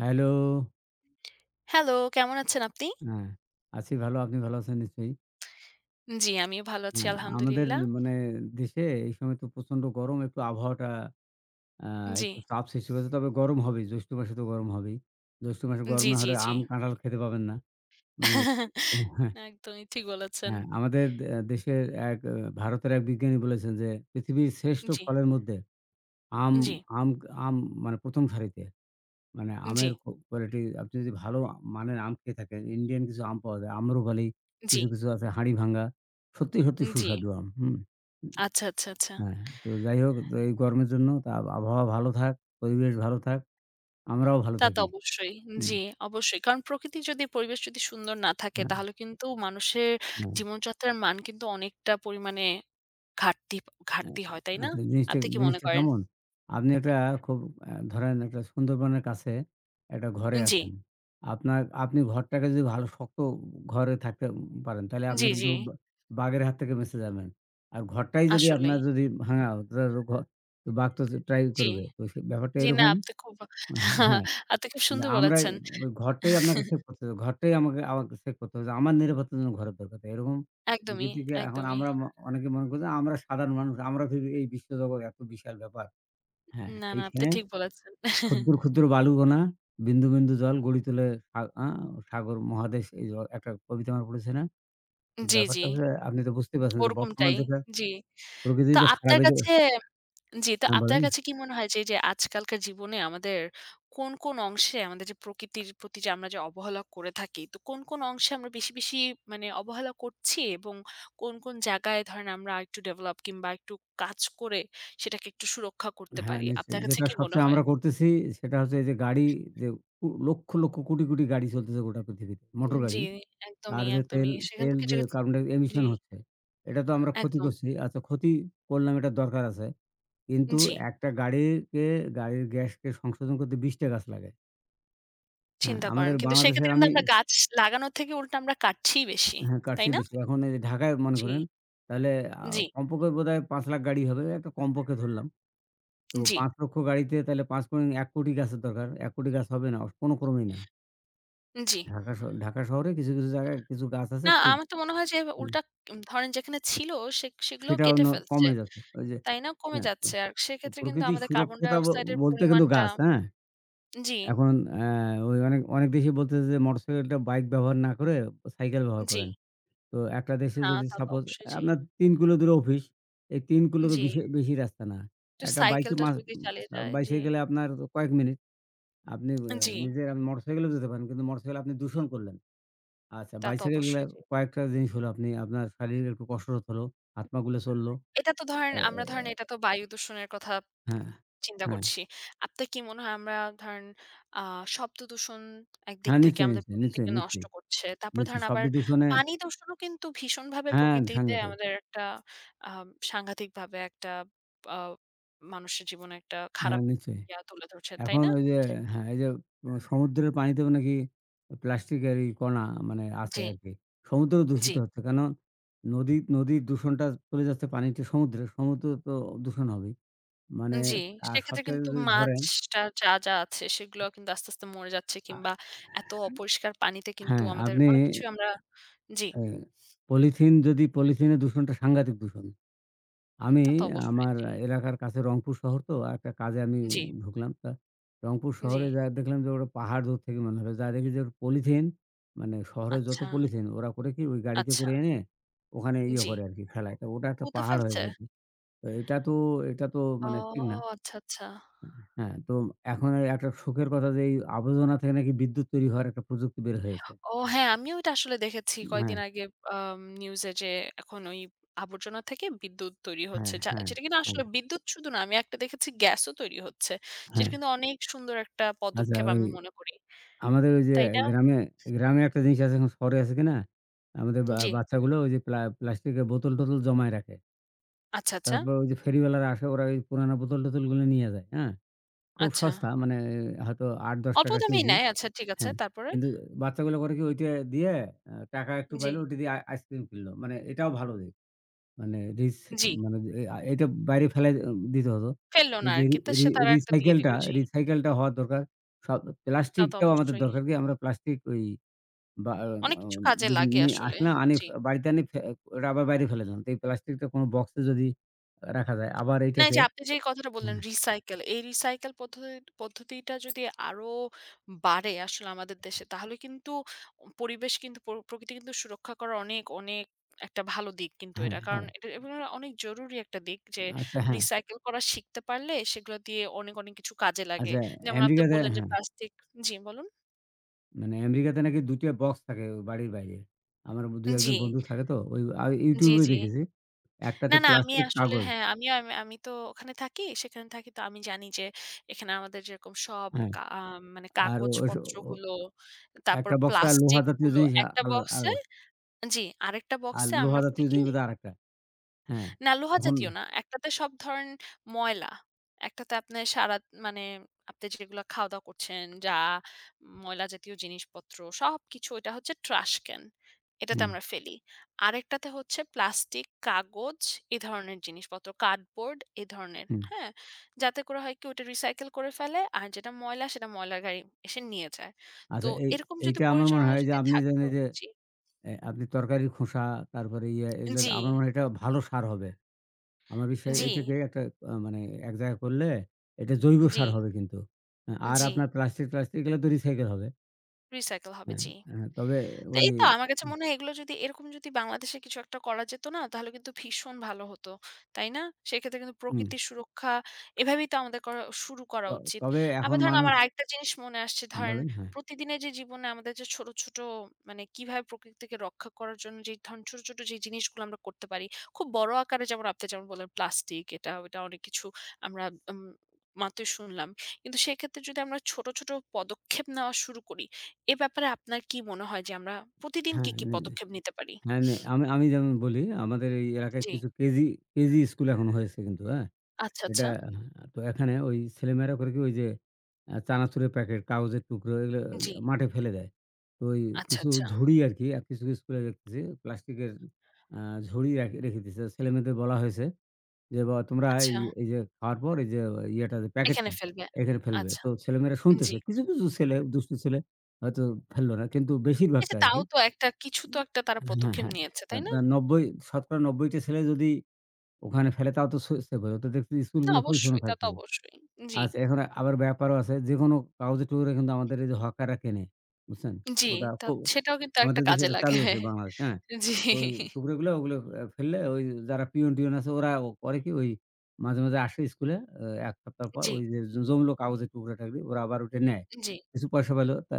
Hello. Hello, কেমন আছেন আপনি? হ্যাঁ, আছি ভালো। আপনি ভালো আছেন নিশ্চয়ই। জি, আমিও ভালো আছি হ্যাঁ, আমাদের আলহামদুলিল্লাহ। মানে দেশে এই সময় তো প্রচন্ড গরম। একটু আবহাওয়াটা আ জি, একটু চাপ সৃষ্টি করেছে। তবে গরম হবেই। জ্যৈষ্ঠ মাসে তো গরম হবেই। জ্যৈষ্ঠ মাসে গরম জি, না জি, হলে জি। আম, কাঁঠাল খেতে পাবেন না। মানে হ্যাঁ, একদমই ঠিক বলেছেন। হ্যাঁ, আমাদের দেশের এক ভারতের এক বিজ্ঞানী বলেছেন যে পৃথিবীর শ্রেষ্ঠ জি, ফলের মধ্যে আম জি, আম আম ১ম সারিতে। মানে জি, আমের কোয়ালিটি আপনি যদি ভালো মানের আম খেয়ে থাকেন, ইন্ডিয়ান কিছু আম পাওয়া যায়। আম্রপালি, জি, কিছু আছে হাড়িভাঙ্গা। সত্যি জি। সুস্বাদু আম। হুম? আচ্ছা, আচ্ছা, আচ্ছা। হ্যাঁ, তো যাই হোক তো এই গরমের জন্য আবহাওয়া ভালো থাক, পরিবেশ ভালো থাক, আমরাও ভালো তা তো থাকি। অবশ্যই। হুম, জি, অবশ্যই। কারণ প্রকৃতি যদি পরিবেশ যদি সুন্দর না থাকে হ্যাঁ, তাহলে কিন্তু মানুষের হ্যাঁ। জীবনযাত্রার মান কিন্তু অনেকটা পরিমাণে ঘাটতি আ ঘাটতি হয়, তাই না? আচ্ছা, জিনিসটা আপনি কি মনে জিনিসটা করেন? কেমন? আপনি একটা খুব ধরেন একটা সুন্দরবনের কাছে একটা ঘরে জি, আছেন। আপনি ঘরটাকে যদি ভালো শক্ত ঘরে থাকতে পারেন তাহলে আপনি জি, জি। কিন্তু বাঘের হাত থেকে বেঁচে যাবেন। আর ঘরটাই যদি আসলেই। আপনার যদি ভাঙা, তো বাঘ তো ট্রাই জি, করবে। তো সে ব্যাপারটা জি, না এরকম। আপনি খুব হ্যাঁ। আপনি খুব না সুন্দর আমরাই, বলেছেন। ওই ঘরটাই আপনাকে সেভ করতে হবে। ঘরটাই আমাকে আমাকে সেভ করতে হবে যে আমার নিরাপত্তার জন্য ঘরের দরকার। তাই এরকম যুগে একদমই, থেকে এখন একদমই। আমরা অনেকে মনে করছে আমরা সাধারণ মানুষ। আমরা ভেবে এই বিশ্বজগৎ এত বিশাল ব্যাপার। হ্যাঁ। না, না আপনি এইখানে ঠিক বলেছেন। ক্ষুদ্র, ক্ষুদ্র বালুকণা, বিন্দু জল গড়ি তোলে সা আ সাগর মহাদেশ। এই একটা কবিতা আমার পড়েছে না? তো জি, ব্যাপারটা জি। হচ্ছে আপনি তো বুঝতেই পারছেন যে বর্তমান ওরকমটাই। যেটা জি। প্রকৃতি তো যে খারাপ, আপনার এই যে কাছে জি, তো হ্যাঁ আপনার বলেন? কাছে কি মনে হয় যে, এই যে আজকালকার জীবনে আমাদের কোন, কোন অংশে আমাদের যে প্রকৃতির প্রতি যে আমরা যে অবহেলা করে থাকি, তো কোন, কোন অংশে আমরা বেশি, বেশি মানে অবহেলা করছি এবং কোন, কোন জায়গায় ধরেন আমরা আরেকটু ডেভেলপ কিংবা একটু কাজ করে সেটাকে একটু সুরক্ষা করতে হ্যাঁ, পারি। নিশ্চয়ই। আপনার কাছে যেটা কি মনে সবচেয়ে হয়? আমরা করতেছি সেটা হচ্ছে এই যে গাড়ি, যে লক্ষ কোটি গাড়ি চলতেছে গোটা পৃথিবীতে। মোটর জি, গাড়ি। তার একদমই, যে তেল, একদমই। সেখান তেল থেকে যে যে কার্বন ডাই জি, এমিশন হচ্ছে, এটা তো আমরা ক্ষতি একদম। করছি। আচ্ছা ক্ষতি করলাম এটা দরকার আছে। কিন্তু জি। একটা গাড়িকে, গাড়ির গ্যাসকে সংশোধন করতে ২০ টা গাছ লাগে। হ্যাঁ, চিন্তা করেন। আমাদের কিন্তু বাংলাদেশের সেক্ষেত্রে কিন্তু আমি আমরা গাছ লাগানোর থেকে উল্টা আমরা কাটছিই বেশি। হ্যাঁ, কাটছি তাই না? বেশি। এখন এই যে ঢাকায় মনে জি, করেন তাহলে আ জি, কমপক্ষে বোধহয় ৫ লাখ গাড়ি হবে। একটা কমপক্ষে ধরলাম। তো জি, ৫,০০,০০০ গাড়িতে তাহলে ৫ পয়েন্ট ১,০০,০০,০০০ গাছের দরকার। ১,০০,০০,০০০ গাছ হবে না, কোনো ক্রমেই না। জি। ঢাকা শহরে কিছু জায়গায় কিছু গাছ আছে না খুব। আমার তো মনে হয় যে হুম। উল্টা ধরেন যেখানে ছিল সেগুলোও সেটাও কেটে ফেলছে। কমে যাচ্ছে। ওই যে তাই না? কমে হ্যাঁ, তো যাচ্ছে। আর তো সেক্ষেত্রে কিন্তু প্রকৃতির আমাদের কার্বন ডাই সুরক্ষতা অক্সাইডের বলতে কিন্তু পরিমাণটা গাছ, হ্যাঁ? জি, এখন অ্যা ওই অনেক অনেক দেশেই বলতেছে যে মোটরসাইকেলটা বাইক ব্যবহার না করে সাইকেল ব্যবহার জি। করেন। তো একটা দেশে না যদি তা তো সাপোজ অবশ্যই জি, আপনার ৩ কিলো দূরে অফিস, এই ৩ কিলো তো জি। বেশি রাস্তা না। একটু একটা বাইকে সাইকেলটা মাস যদি চালিয়ে যায় জি, বাইসাইকেলে আপনার কয়েক মিনিট। আপনি জি। আপনি মোটরসাইকেলেও যেতে পারেন। কিন্তু মোটরসাইকেল আপনি দূষণ করলেন। আচ্ছা তা তো বাইসাইকেল গুলা অবশ্যই জি। কয়েকটা জিনিস হলো আপনি আপনার শারীরিক একটু কসরত হলো, হাত পা গুলো চললো। এটা তো ধরেন এ এ আমরা ধরেন এটা তো বায়ু দূষণের কথা হ্যাঁ, চিন্তা হ্যাঁ, করছি। আপনার কি মনে হয় আমরা ধরেন আ শব্দ দূষণ একদিক হ্যাঁ, থেকে নিশ্চয়ই, আমাদের নিশ্চয়ই, নিশ্চয়ই, প্রকৃতিকে নষ্ট নিশ্চয়ই, করছে। তারপরে নিশ্চয়ই ধরেন শব্দ আবার দূষণে পানি দূষণও কিন্তু ভীষণভাবে হ্যাঁ, প্রকৃতিতে সাংঘাতিক। আমাদের একটা আ সাংঘাতিকভাবে একটা আ মানুষের জীবনে একটা খারাপ হ্যাঁ, নিশ্চয়ই। ইয়া তুলে ধরছে, তাই এখন না? ওই যে হ্যাঁ, এই যে সমুদ্রের পানিতেও নাকি প্লাস্টিকের এই কণা মানে আছে জি, আরকি। সমুদ্র জি, দূষিত হচ্ছে। কেন নদীর দূষণটা চলে যাচ্ছে পানিতে সমুদ্রে। সমুদ্র তো দূষণ হবেই। মানে জি। আর সেক্ষেত্রে সবচাইতে কিন্তু যদি ধরেন মাছটা যা, যা আছে সেগুলো কিন্তু আস্তে, আস্তে মরে যাচ্ছে আ কিংবা এত অপরিষ্কার পানিতে কিন্তু হ্যাঁ, আমাদের আপনি অনেক কিছুই আমরা জি, এ পলিথিন যদি পলিথিনের দূষণটা সাংঘাতিক দূষণ। আমি তা তো অবশ্যই। আমার জি, এলাকার কাছে রংপুর শহর, তো একটা কাজে আমি জি, ঢুকলাম। রংপুর জি। শহরে যায়া দেখলাম যে ওরা পাহাড় দূর থেকে মনে হলো। যায়া দেখি যে পলিথিন, মানে শহরের যত আচ্ছা। পলিথিন ওরা করে কি ওই গাড়িতে আচ্ছা, করে এনে ওখানে ইয়ে জি। করে আরকি ফেলায়। তো ওটা একটা পুঁতে পাহাড় হয়ে ফেলছে? যেত। তো এটা তো এটা তো ও মানে ঠিক না। আচ্ছা, আচ্ছা। হ্যাঁ, তো এখন এই একটা সুখের কথা যে এই আবর্জনা থেকে নাকি বিদ্যুৎ তৈরি হওয়ার একটা প্রযুক্তি বের হয়েছে। ও হ্যাঁ, আমিও এটা আসলে দেখেছি হ্যাঁ, কয়েকদিন আগে নিউজে যে এখন ওই আবর্জনা থেকে বিদ্যুৎ তৈরি হ্যাঁ, হচ্ছে। যা হ্যাঁ, যেটা কিনা হ্যাঁ, আসলে বিদ্যুৎ শুধু না, আমি একটা দেখেছি গ্যাসও তৈরি হচ্ছে। যেটা হ্যাঁ। কিন্তু অনেক সুন্দর একটা আচ্ছা পদক্ষেপ ওই আমি মনে করি। আমাদের ওই যে তাই না? গ্রামে, গ্রামে একটা জিনিস আছে এখন শহরে আছে কিনা? আমাদের জি। বাচ্চাগুলো ওই যে প্লাস্টিকের বোতল-টোতল জমায় রাখে। আচ্ছা, আচ্ছা, তারপর ওই যে ফেরিওয়ালারা আসে ওরা ওই পুরানা বোতল-টোতলগুলো নিয়ে যায়, হ্যাঁ? খুব আচ্ছা। সস্তা, মানে হয়তো অল্প ৳৮-১০ দামেই কেজি। নেয়। আচ্ছা ঠিক আছে। হ্যাঁ। তারপরে? কিন্তু বাচ্চাগুলো করে কি ওইটা দিয়ে টাকা একটু জি, পাইলো, ওইটা দিয়ে আইসক্রিম কিনলো। মানে এটাও ভালো দিক। মানে রিস জি। মানে যে এটা বাইরে ফেলাই দিতে হতো। ফেললো না এই যে আরকি। তো রি সে তারা একটা দিয়ে দিল। রিসাইকেলটা জি। রিসাইকেলটা হওয়া দরকার। সব তা তো প্লাস্টিকটাও আমাদের অবশ্যই। দরকার, কি আমরা প্লাস্টিক ওই বা আ অনেক কিছু কাজে বিভিন্ন লাগে নিয়ে আসলে। আসলাম, আনি জি। বাড়িতে, আনি ফে ওটা আবার বাইরে ফেলে দিলাম। তো এই প্লাস্টিকটা কোনো বক্সে যদি রাখা যায় আবার না, এই এইটাকে যে আপনি যে কথাটা বললেন হ্যাঁ, রিসাইকেল, এই রিসাইকেল পদ্ধতিটা যদি আরো বাড়ে আসলে আমাদের দেশে তাহলে কিন্তু পরিবেশ কিন্তু প্রকৃতি কিন্তু সুরক্ষা করার অনেক, অনেক একটা ভালো দিক কিন্তু এটা। কারণ হ্যাঁ। এটা এবং এটা অনেক জরুরি একটা দিক যে আচ্ছা হ্যাঁ, রিসাইকেল করা শিখতে পারলে সেগুলো দিয়ে অনেক, অনেক কিছু কাজে লাগে। আচ্ছা যেমন আপনি আমেরিকাতে বললেন যে হ্যাঁ, প্লাস্টিক জি বলুন। মানে আমেরিকাতে নাকি ২ টা বক্স থাকে বাড়ির বাইরে। আমার ২-১ জি, জন বন্ধু থাকে, তো ওই জি, YouTube এ জি। দেখেছি। না, একটাতে না আমি প্লাস্টিক আসলে কাগজ হ্যাঁ, আমিও আমি আমি তো ওখানে থাকি। সেখানে থাকি তো আমি জানি যে এখানে আমাদের যেরকম সব হ্যাঁ। কা আ মানে আর ও ওস ও কাগজপত্রগুলো, তারপর একটা বক্সে, আর লোহা জাতীয় প্লাস্টিকগুলো জিনিস আ একটা আল আল বক্সে জি, আরেকটা আর বক্সে লোহা আমরা করি জাতীয় কি জিনিস বোধহয় আরেকটা। হ্যাঁ। না লোহা এখন জাতীয় না। একটাতে সব ধরেন ময়লা। একটাতে আপনার সারা মানে আপনি যেগুলা খাওয়া-দাওয়া করছেন, যা ময়লা জাতীয় জিনিসপত্র সবকিছু ওইটা হচ্ছে ট্রাশ ক্যান। এটাতে হুম, আমরা ফেলি। আরেকটাতে হচ্ছে প্লাস্টিক, কাগজ এ ধরনের জিনিসপত্র, কার্ডবোর্ড এ ধরনের, হুম। হ্যাঁ? যাতে করে হয় কি ওটা রিসাইকেল করে ফেলে আর যেটা ময়লা সেটা ময়লার গাড়ি এসে নিয়ে যায়। তো আচ্ছা এই এরকম যদি এইটা আমার মনে পরিচালনা হয় যে যদি আপনি জানেন থাকতো এই যে জি, আপনি তরকারির খোসা, তারপরে ইয়া এগুলা জি, আমার মনে হয় এটা ভালো সার হবে। আমার বিশ্বাস জি, এটাকে একটা মানে এক জায়গায় করলে এটা জৈব জি, সার হবে কিন্তু। হ্যাঁ, আর জি, আপনার প্লাস্টিক-টাস্টিক এগুলা তো রিসাইকেল হবে। রিসাইকেল হবে, হ্যাঁ, জি। হ্যাঁ তবে তো ওই এই তো আমার কাছে মনে হয় এগুলো যদি এরকম যদি বাংলাদেশে কিছু একটা করা যেত না তাহলে কিন্তু ভীষণ ভালো হতো। তাই না? সেক্ষেত্রে কিন্তু হুম, প্রকৃতির সুরক্ষা এভাবেই তো আমাদের করা শুরু ত করা উচিত। তবে আবার এখন ধরেন মানুষ আমার আরেকটা জিনিস মনে আসছে ধরেন বলেন? হ্যাঁ, প্রতিদিনের যে জীবনে আমাদের যে ছোট, ছোট মানে কিভাবে প্রকৃতিকে রক্ষা করার জন্য যে ধরেন ছোট, ছোট যে জিনিসগুলো আমরা করতে পারি। খুব বড় আকারে যেমন আপনি যেমন বললেন প্লাস্টিক এটা ওটা অনেক কিছু আমরা উম মাত্রই শুনলাম। কিন্তু সেক্ষেত্রে যদি আমরা ছোট, ছোট পদক্ষেপ নেওয়া শুরু করি এ ব্যাপারে আপনার কি মনে হয় যে আমরা প্রতিদিন হ্যাঁ। কি, কি পদক্ষেপ নিতে পারি? হ্যাঁ, আমি আমি যেমন বলি আমাদের এই এলাকায় জি। কেজি, কেজি স্কুল এখন হয়েছে কিন্তু, হ্যাঁ? আচ্ছা, এটা আচ্ছা। তো এখানে ওই ছেলেমেয়েরা করে কি ওই যে চানাচুরের প্যাকেট, কাগজের টুকরো এগুলো জি। মাঠে ফেলে দেয়। তো ওই আচ্ছা, কিছু আচ্ছা, ঝুড়ি আরকি কিছু স্কুলে দেখতেছি প্লাস্টিকের আ ঝুড়ি রাখ রেখে দিছে। ছেলেমেয়েদের বলা হয়েছে যে, "বাবা তোমরা এই আচ্ছা। এই যে খাওয়ার পর এই যে ইয়েটা যে এখানে প্যাকেটটা ফেলবে। এখানে ফেলবে।" আচ্ছা, তো ছেলেমেয়েরা জি। শুনতেছে। কিছু ছেলে দুষ্টু ছেলে হয়তো ফেললো না। কিন্তু বেশিরভাগটা আচ্ছা আরকি। তাও তো একটা কিছু তো একটা তারা হ্যাঁ, পদক্ষেপ হ্যাঁ। নিয়েছে, তা তাই না? তা ৯০ শতকরা, ৯০ টা ছেলে যদি ওখানে ফেলে তাও তো সেভ হয়। অর্থাৎ দেখছি না স্কুলগুলো পরিচ্ছন্ন অবশ্যই, তা তো থাকতেছে। অবশ্যই। জি, আচ্ছা এখন আবার ব্যাপারও আছে। যেকোনো কাগজের টুকরা কিন্তু আমাদের এই যে হকাররা কেনে। বুঝছেন? জি। ওটা তা খুব সেটাও কিন্তু একটা আমাদের দেশে কাজে এটা লাগে। চালু আছে বাংলাদেশে, হ্যাঁ? ওই জি, টুকরোগুলো ওগুলো ফেললে ওই যারা পিয়ন-টিয়ন আছে ওরা ও করে কি ওই মাঝে আসে স্কুলে ১ সপ্তাহ পর জি, ওই যে জমলো কাগজের টুকরা-টাকরি, ওরা আবার ওটা নেয়। জি। কিছু পয়সা পেল, তা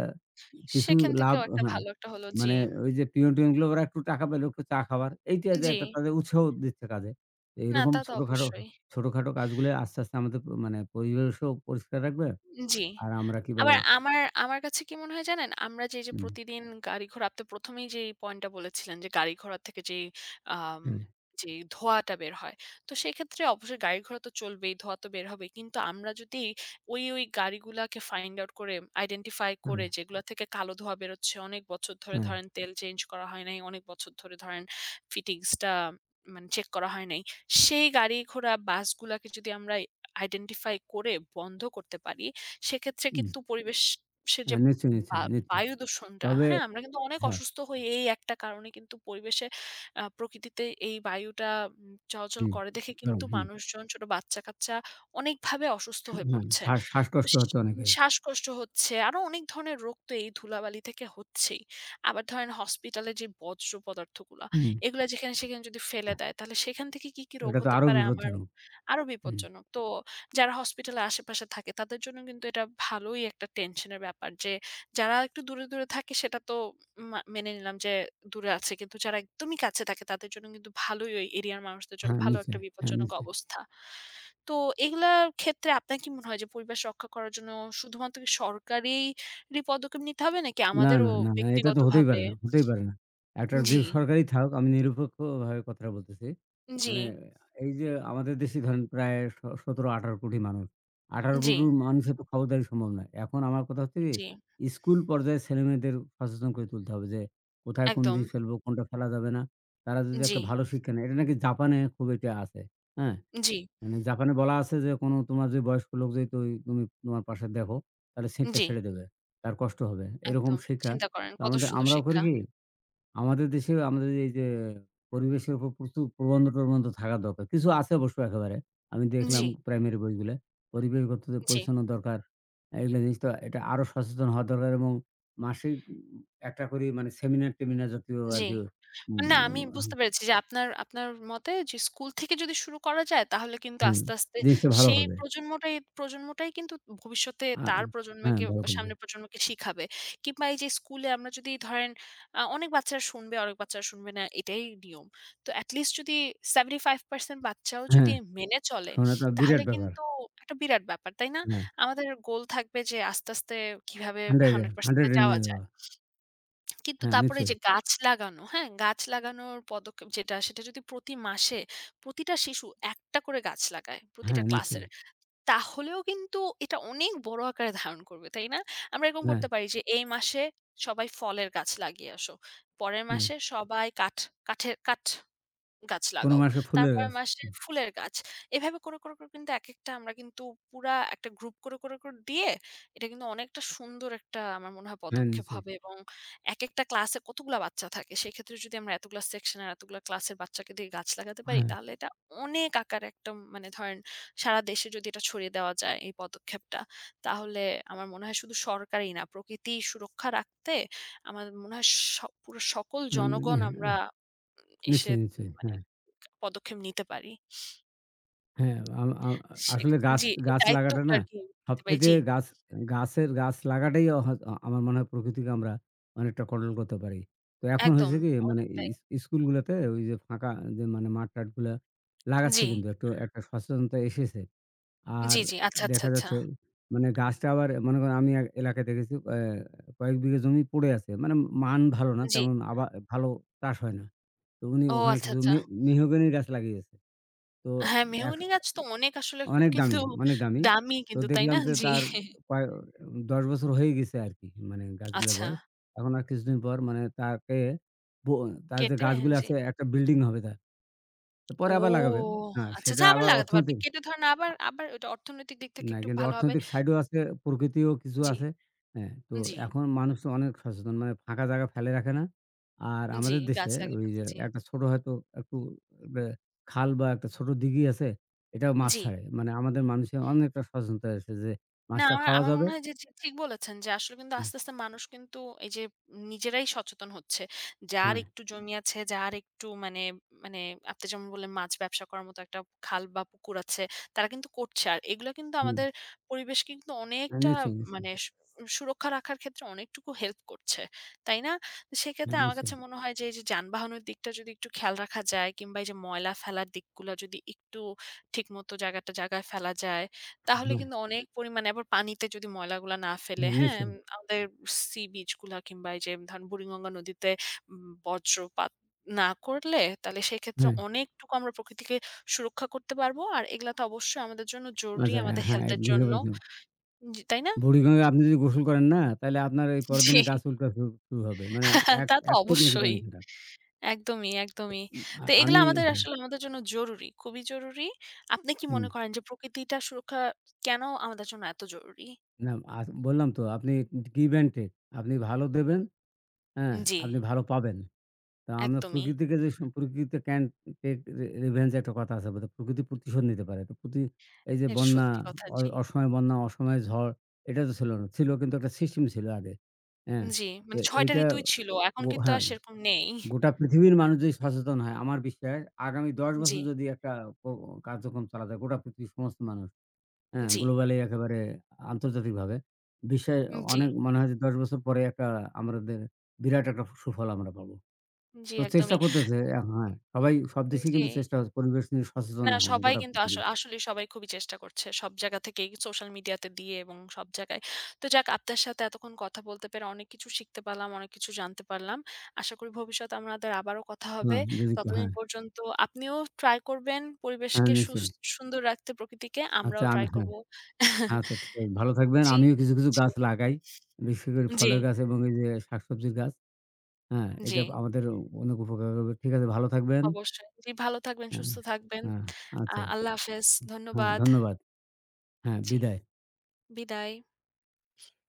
কিছু সেখান লাভ থেকেও একটা হ্যাঁ। ভালো একটা হলো জি, মানে ওই যে পিয়ন-টিয়ন গুলো ওরা একটু টাকা পেল, একটু চা খাবার। এইটা যে জি। একটা তাদের উৎসাহ দিচ্ছে কাজে। তো না এরকম তা তো ছোটখাটো অবশ্যই। ছোটখাটো কাজগুলো আস্তে আমাদের মানে পরিবেশও পরিষ্কার রাখবে। জি। আর আমরা কি বলে আবার আমার আমার কাছে কি মনে হয় জানেন? আমরা যে, যে হুম, প্রতিদিন গাড়ি-ঘোড়া আপনি ১ম এই যেই পয়েন্টটা বলেছিলেন যে, গাড়ি-ঘোড়া থেকে যেই আম হুম, যেই ধোঁয়াটা বের হয়। তো সেক্ষেত্রে অবশ্যই গাড়ি-ঘোড়া তো চলবেই, ধোঁয়া তো বের হবেই। কিন্তু আমরা যদি ওই গাড়িগুলাকে ফাইন্ড আউট করে, আইডেন্টিফাই হুম, করে যেগুলা থেকে কালো ধোঁয়া বেরোচ্ছে, অনেক বছর ধরে হুম। ধরেন তেল চেঞ্জ করা হয় নাই, অনেক বছর ধরে ধরেন ফিটিংসটা মানে চেক করা হয় নাই। সেই গাড়ি-ঘোড়া বাসগুলাকে যদি আমরা আইডেন্টিফাই করে বন্ধ করতে পারি সেক্ষেত্রে হুম, কিন্তু পরিবেশ সে যে হ্যাঁ, নিশ্চয়ই, বা নিশ্চয়ই, নিশ্চয়ই। বায়ু দূষণটা, তবে হ্যাঁ? আমরা কিন্তু অনেক হ্যাঁ, অসুস্থ হই এই একটা কারণে কিন্তু পরিবেশে প্রকৃতিতে এই বায়ুটা চলাচল হুম, করে দেখে ধরুন, কিন্তু হুম, মানুষজন, ছোট বাচ্চা-কাচ্চা অনেকভাবে অসুস্থ হয়ে হ্যাঁ, পড়ছে। তো শ্বাসকষ্ট স হচ্ছে অনেকের। শ্বাসকষ্ট হচ্ছে, আরো অনেক ধরনের রোগ তো এই ধুলাবালি থেকে হচ্ছেই। আবার ধরেন হসপিটালে যে বজ্র পদার্থগুলা, হুম, এগুলা যেখানে সেখানে যদি ফেলে দেয়, তাহলে সেখান থেকে কি, কি রোগ এটা তো হতে আরো পারে আমার বিপজ্জনক। আরো হুম, বিপজ্জনক। তো যারা হসপিটালের আশেপাশে থাকে তাদের জন্য কিন্তু এটা ভালোই একটা টেনশনের ব্যাপার যে যারা একটু দূরে, দূরে থাকে সেটা তো মেনে নিলাম যে দূরে আছে। কিন্তু যারা একদমই কাছে থাকে তাদের জন্য কিন্তু ভালোই ওই এরিয়ার মানুষদের জন্য হ্যাঁ। ভালো একটা হ্যাঁ, বিপজ্জনক নিশ্চয়ই। অবস্থা। তো এগুলার ক্ষেত্রে আপনার কি মনে হয় যে পরিবেশ রক্ষা করার জন্য শুধুমাত্র কি সরকারেরই পদক্ষেপ নিতে হবে নাকি না, আমাদেরও না, না, না, এটা তো হতেই ব্যক্তিগতভাবে পারে না, হতেই পারে না। একটা যে জি, সরকারই থাকুক আমি নিরপেক্ষভাবে কথাটা বলতেছি। জি, মানে এই যে আমাদের দেশে ধরেন প্রায় ১৭-১৮ কোটি মানুষ। ১৮ জি, কোটি মানুষের তো খবরদারি সম্ভব নয়। এখন আমার কথা হচ্ছে জি, কি, স্কুল পর্যায়ে ছেলেমেয়েদের সচেতন করে তুলতে হবে যে কোথায় কোন একদম। জিনিস ফেলবো, কোনটা ফেলা যাবে না। তারা যদি জি, একটা ভালো শিক্ষা নেয়, এটা নাকি জাপানে খুব এটা আছে। হ্যাঁ? জি, মানে জাপানে বলা আছে যে, "কোনো তোমার যে বয়স্ক লোক যদি তুমি তোমার পাশে দেখো, তাহলে সিটটা জি, ছেড়ে দেবে। তার কষ্ট হবে।" এরকম একদম। শিক্ষা। চিন্তা করেন তো কত আমাদের সুন্দর আমরাও করি শিক্ষা। কি? আমাদের দেশেও আমাদের এই যে পরিবেশের উপর প্রচুর প্রবন্ধ-টবন্ধ থাকা দরকার। কিছু আছে অবশ্য একেবারে। আমি দেখলাম জি, প্রাইমারি বইগুলা। পরিবেশগত যে জি, পরিচ্ছন্ন দরকার, এগুলা জিনিস তো এটা আরো সচেতন হওয়া দরকার এবং মাসিক একটা করে মানে সেমিনার-টেমিনার জাতীয় জি। আরকি না উম আমি বুঝতে পেরেছি যে আপনার আপনার মতে যে স্কুল থেকে যদি শুরু করা যায় তাহলে কিন্তু হ্যাঁ, আস্তে, আস্তে জিনিসটা ভালো সেই হবে। প্রজন্মটাই প্রজন্মটাই কিন্তু ভবিষ্যতে আ তার হ্যাঁ, প্রজন্মকে ভালো করবে। সামনের প্রজন্মকে শিখাবে। কিংবা এই যে স্কুলে আমরা যদি ধরেন অনেক বাচ্চারা শুনবে, অনেক বাচ্চারা শুনবে না এটাই নিয়ম। তো এটি লিস্ট যদি 75% বাচ্চাও যদি হ্যাঁ। মেনে চলে সোনা তো তাহলে বিরাট ব্যাপার। কিন্তু একটা বিরাট ব্যাপার, তাই না? হ্যাঁ, আমাদের গোল থাকবে যে আস্তে, আস্তে কিভাবে 100 এ 100 100% এ এ যাওয়া নিয়ে যায়। যাওয়া। কিন্তু হ্যাঁ, তারপরে এই নিশ্চয়ই। যে গাছ লাগানো, হ্যাঁ? গাছ লাগানোর পদক্ষেপ যেটা, সেটা যদি প্রতি মাসে প্রতিটা শিশু একটা করে গাছ লাগায়, হ্যাঁ, প্রতিটা নিশ্চয়ই। ক্লাসের, তাহলেও কিন্তু এটা অনেক বড় আকারে ধারণ করবে, তাই না? আমরা এরকম হ্যাঁ, করতে পারি যে, এই মাসে সবাই ফলের গাছ লাগিয়ে আসো। পরের হ্যাঁ। মাসে সবাই কাঠের কাঠ গাছ কোন লাগাও। মাসে ফুলের তারপরের গাছ। মাসে ফুলের গাছ। এভাবে করে, করে, করে কিন্তু একেকটা আমরা কিন্তু পুরা একটা গ্রুপ করে, করে, করে দিয়ে এটা কিন্তু অনেকটা সুন্দর একটা আমার মনে হয় হ্যাঁ, পদক্ষেপ নিশ্চয়ই। হবে এবং একেকটা ক্লাসে কতগুলা বাচ্চা থাকে সেক্ষেত্রে যদি আমরা এতগুলা সেকশন আর এতগুলা ক্লাসের বাচ্চাকে দিয়ে গাছ লাগাতে পারি হ্যাঁ, তাহলে এটা অনেক আকারে একটা মানে ধরেন সারা দেশে যদি এটা ছড়িয়ে দেওয়া যায় এই পদক্ষেপটা তাহলে আমার মনে হয় শুধু সরকারই না প্রকৃতি সুরক্ষা রাখতে আমার মনে হয় স পুরো সকল জনগণ হ্যাঁ, আমরা এসে নিশ্চয়ই, নিশ্চয়ই। মানে হ্যাঁ, পদক্ষেপ নিতে পারি। হ্যাঁ। আম আ সে আসলে গাছ জি, এই গাছ লাগাটা দায়িত্বগুলো না আরকি নিতে পারি। সবচাইতে জি, গাছ গাছের গাছ লাগাটাই অহ আ আমার মনে হয় প্রকৃতিকে আমরা অনেকটা কন্ট্রোল করতে পারি। তো এখন একদম হয়েছে কি মানে অনেকটাই। স্কুলগুলোতে ওই যে ফাঁকা যে মানে মাঠ-টাঠগুলা লাগাচ্ছে, জি, কিন্তু একটু একটা সচেতনতা এসেছে। আর জি, জি। আচ্ছা, আচ্ছা, দেখা আচ্ছা। যাচ্ছে মানে গাছটা আবার মনে করেন আমি এক এলাকায় দেখেছি, কয়েক বিঘা জমি পড়ে আছে। মানে মান ভালো না, জি। তেমন ভালো চাষ হয় না। তো উনি ও ওখানে আচ্ছা, কিছু আচ্ছা। মেহগনির গাছ লাগিয়েছে। তো হ্যাঁ, এক মেহগনি গাছ তো অনেক আসলে খুব অনেক কিন্তু দামি, অনেক দামি। দামি তো কিন্তু, তাই দেখলাম না? যে জি। তার কয় ১০ বছর হয়ে গেছে আরকি মানে গাছগুলোর আচ্ছা। বয়স। এখন আর কিছুদিন পর মানে তাকে ব তার যে কেটে গাছগুলো জি। আছে, একটা বিল্ডিং হবে তার। তো পরে ও আবার লাগাবে। হ্যাঁ, আচ্ছা, সেটা আচ্ছা আবার আবার লাগাতে পারবে। অর্থনৈতিক, কেটে ধরেন আবার আবার ওইটা অর্থনৈতিক দিক থেকে না, একটু কিন্তু ভালো হবে। অর্থনৈতিক সাইডও আছে, প্রকৃতিও কিছু জি, আছে। হ্যাঁ, তো জি, এখন মানুষ তো অনেক সচেতন। মানে ফাঁকা জায়গা ফেলে রাখে না। আর জি। আমাদের দেশে গাছ লাগিয়ে ওই যে ফেলতে জি, একটা ছোট হয়তো একটু বে খাল বা একটা ছোট দিঘি আছে, এটাও মাছ জি। ছাড়ে। মানে আমাদের মানুষের অনেকটা সচেতনতা আছে যে না, মাছটা আমার খাওয়া আমার যাবে মনে হয় যে ঠিক বলেছেন যে আসলে কিন্তু আস্তে, আস্তে মানুষ কিন্তু এই যে নিজেরাই সচেতন হচ্ছে। যার হ্যাঁ, একটু জমি আছে, যার একটু মানে মানে আপনি যেমন বললেন মাছ ব্যবসা করার মতো একটা খাল বা পুকুর আছে, তারা কিন্তু করছে। আর এগুলা কিন্তু হুম। আমাদের পরিবেশ কিন্তু হ্যাঁ, অনেকটা নিশ্চয়ই। মানে সুরক্ষা রাখার ক্ষেত্রে অনেকটুকু হেল্প করছে। তাই না? তো সেক্ষেত্রে হ্যাঁ, আমার নিশ্চয়ই। কাছে মনে হয় যে এই যে যানবাহনের দিকটা যদি একটু খেয়াল রাখা যায় কিংবা এই যে ময়লা ফেলার দিকগুলা যদি একটু ঠিকমতো জায়গাটা জায়গায় ফেলা যায় তাহলে হ্যাঁ, কিন্তু অনেক পরিমাণে আবার পানিতে যদি ময়লাগুলা না ফেলে, হ্যাঁ, হ্যাঁ? নিশ্চয়ই। আমাদের সি বিচ গুলা কিংবা এই যে ধরেন বুড়িগঙ্গা নদীতে বজ্রপাত না করলে তাহলে সেক্ষেত্রে হ্যাঁ, অনেকটুকু আমরা প্রকৃতিকে সুরক্ষা করতে পারবো। আর এগুলা তো অবশ্যই আমাদের জন্য জরুরি, আচ্ছা, আমাদের হ্যাঁ, হেলথ এর জন্য। জি, তাই না? বুড়িগঙ্গায় আপনি যদি গোসল করেন না, তাইলে আপনার এই পরের জি, দিনে গা চুলকা শুরু হবে। মানে তা তো এত নাকি অবশ্যই। পানি খারাপ। একদমই, একদমই। তো এগুলা আমি আমাদের হ্যাঁ, আসলে আমাদের জন্য জরুরি, খুবই জরুরি। আপনি কি হুম। মনে করেন যে প্রকৃতিটা সুরক্ষা কেন আমাদের জন্য এত জরুরি? না আ বললাম তো আপনি give and take, আপনি ভালো দেবেন, হ্যাঁ, জি, আপনি ভালো পাবেন। তো আমরা একদমই। প্রকৃতিকে যে প্রকৃতিতে can take revenge একটা কথা আছে বোধহয়। প্রকৃতি প্রতিশোধ নিতে পারে। তো প্রতি এই যে এটা বন্যা, সত্যি কথা। জি। অসময়ে বন্যা, অসময়ে ঝড়, এটা তো ছিল না। ছিল কিন্তু একটা সিস্টেম ছিল আগে। হ্যাঁ, জি, তো মানে ৬ টা এইটা ঋতুই ছিল। এখন কিন্তু হ্যাঁ, আর সেরকম নেই। গোটা পৃথিবীর মানুষ যদি সচেতন হয় আমার বিশ্বাস আগামী ১০ জি, বছর যদি একটা ক কার্যক্রম চালা যায় গোটা পৃথিবীর সমস্ত মানুষ হ্যাঁ, জি, গ্লোবালি একেবারে আন্তর্জাতিকভাবে বিশ্বে জি, অনেক মনে হয় যে ১০ বছর পরে একটা আমাদের বিরাট একটা সুফল আমরা পাবো। জি, তো চেষ্টা একদমই। করতেছে হ্যাঁ, সবাই সব দেশেই জি। কিন্তু চেষ্টা হচ্ছে পরিবেশ নিয়ে সচেতন না এখন সবাই গোটা কিন্তু আস পৃথিবী। আসলেই সবাই খুবই চেষ্টা করছে। সব জায়গা থেকেই সোশ্যাল মিডিয়াতে দিয়ে এবং সব জায়গায়। তো যাক আপনার সাথে এতক্ষণ কথা বলতে পেরে অনেক কিছু শিখতে পারলাম, অনেক কিছু জানতে পারলাম। আশা করি ভবিষ্যতে আমাদের আবারও কথা হবে। হ্যাঁ, যদি ততদিন হ্যাঁ, পর্যন্ত আপনিও ট্রাই করবেন হ্যাঁ, পরিবেশকে নিশ্চয়ই। সুন্দর রাখতে প্রকৃতিকে। আচ্ছা আমরাও আমি ট্রাই হ্যাঁ, করব। আচ্ছা ঠিক আছে। ভালো থাকবেন। জি, আমিও কিছু জি, গাছ লাগাই। বিশেষ করে জি, ফলের গাছ এবং এই যে শাকসবজির গাছ। হ্যাঁ, জি। এটা আমাদের অনেক উপকার হবে। ঠিক আছে ভালো থাকবেন। অবশ্যই। জি, ভালো থাকবেন, হ্যাঁ, সুস্থ থাকবেন। হ্যাঁ, আচ্ছা। আল্লাহ হাফেজ। হ্যাঁ, ধন্যবাদ। ধন্যবাদ। হ্যাঁ, জি, বিদায়। বিদায়।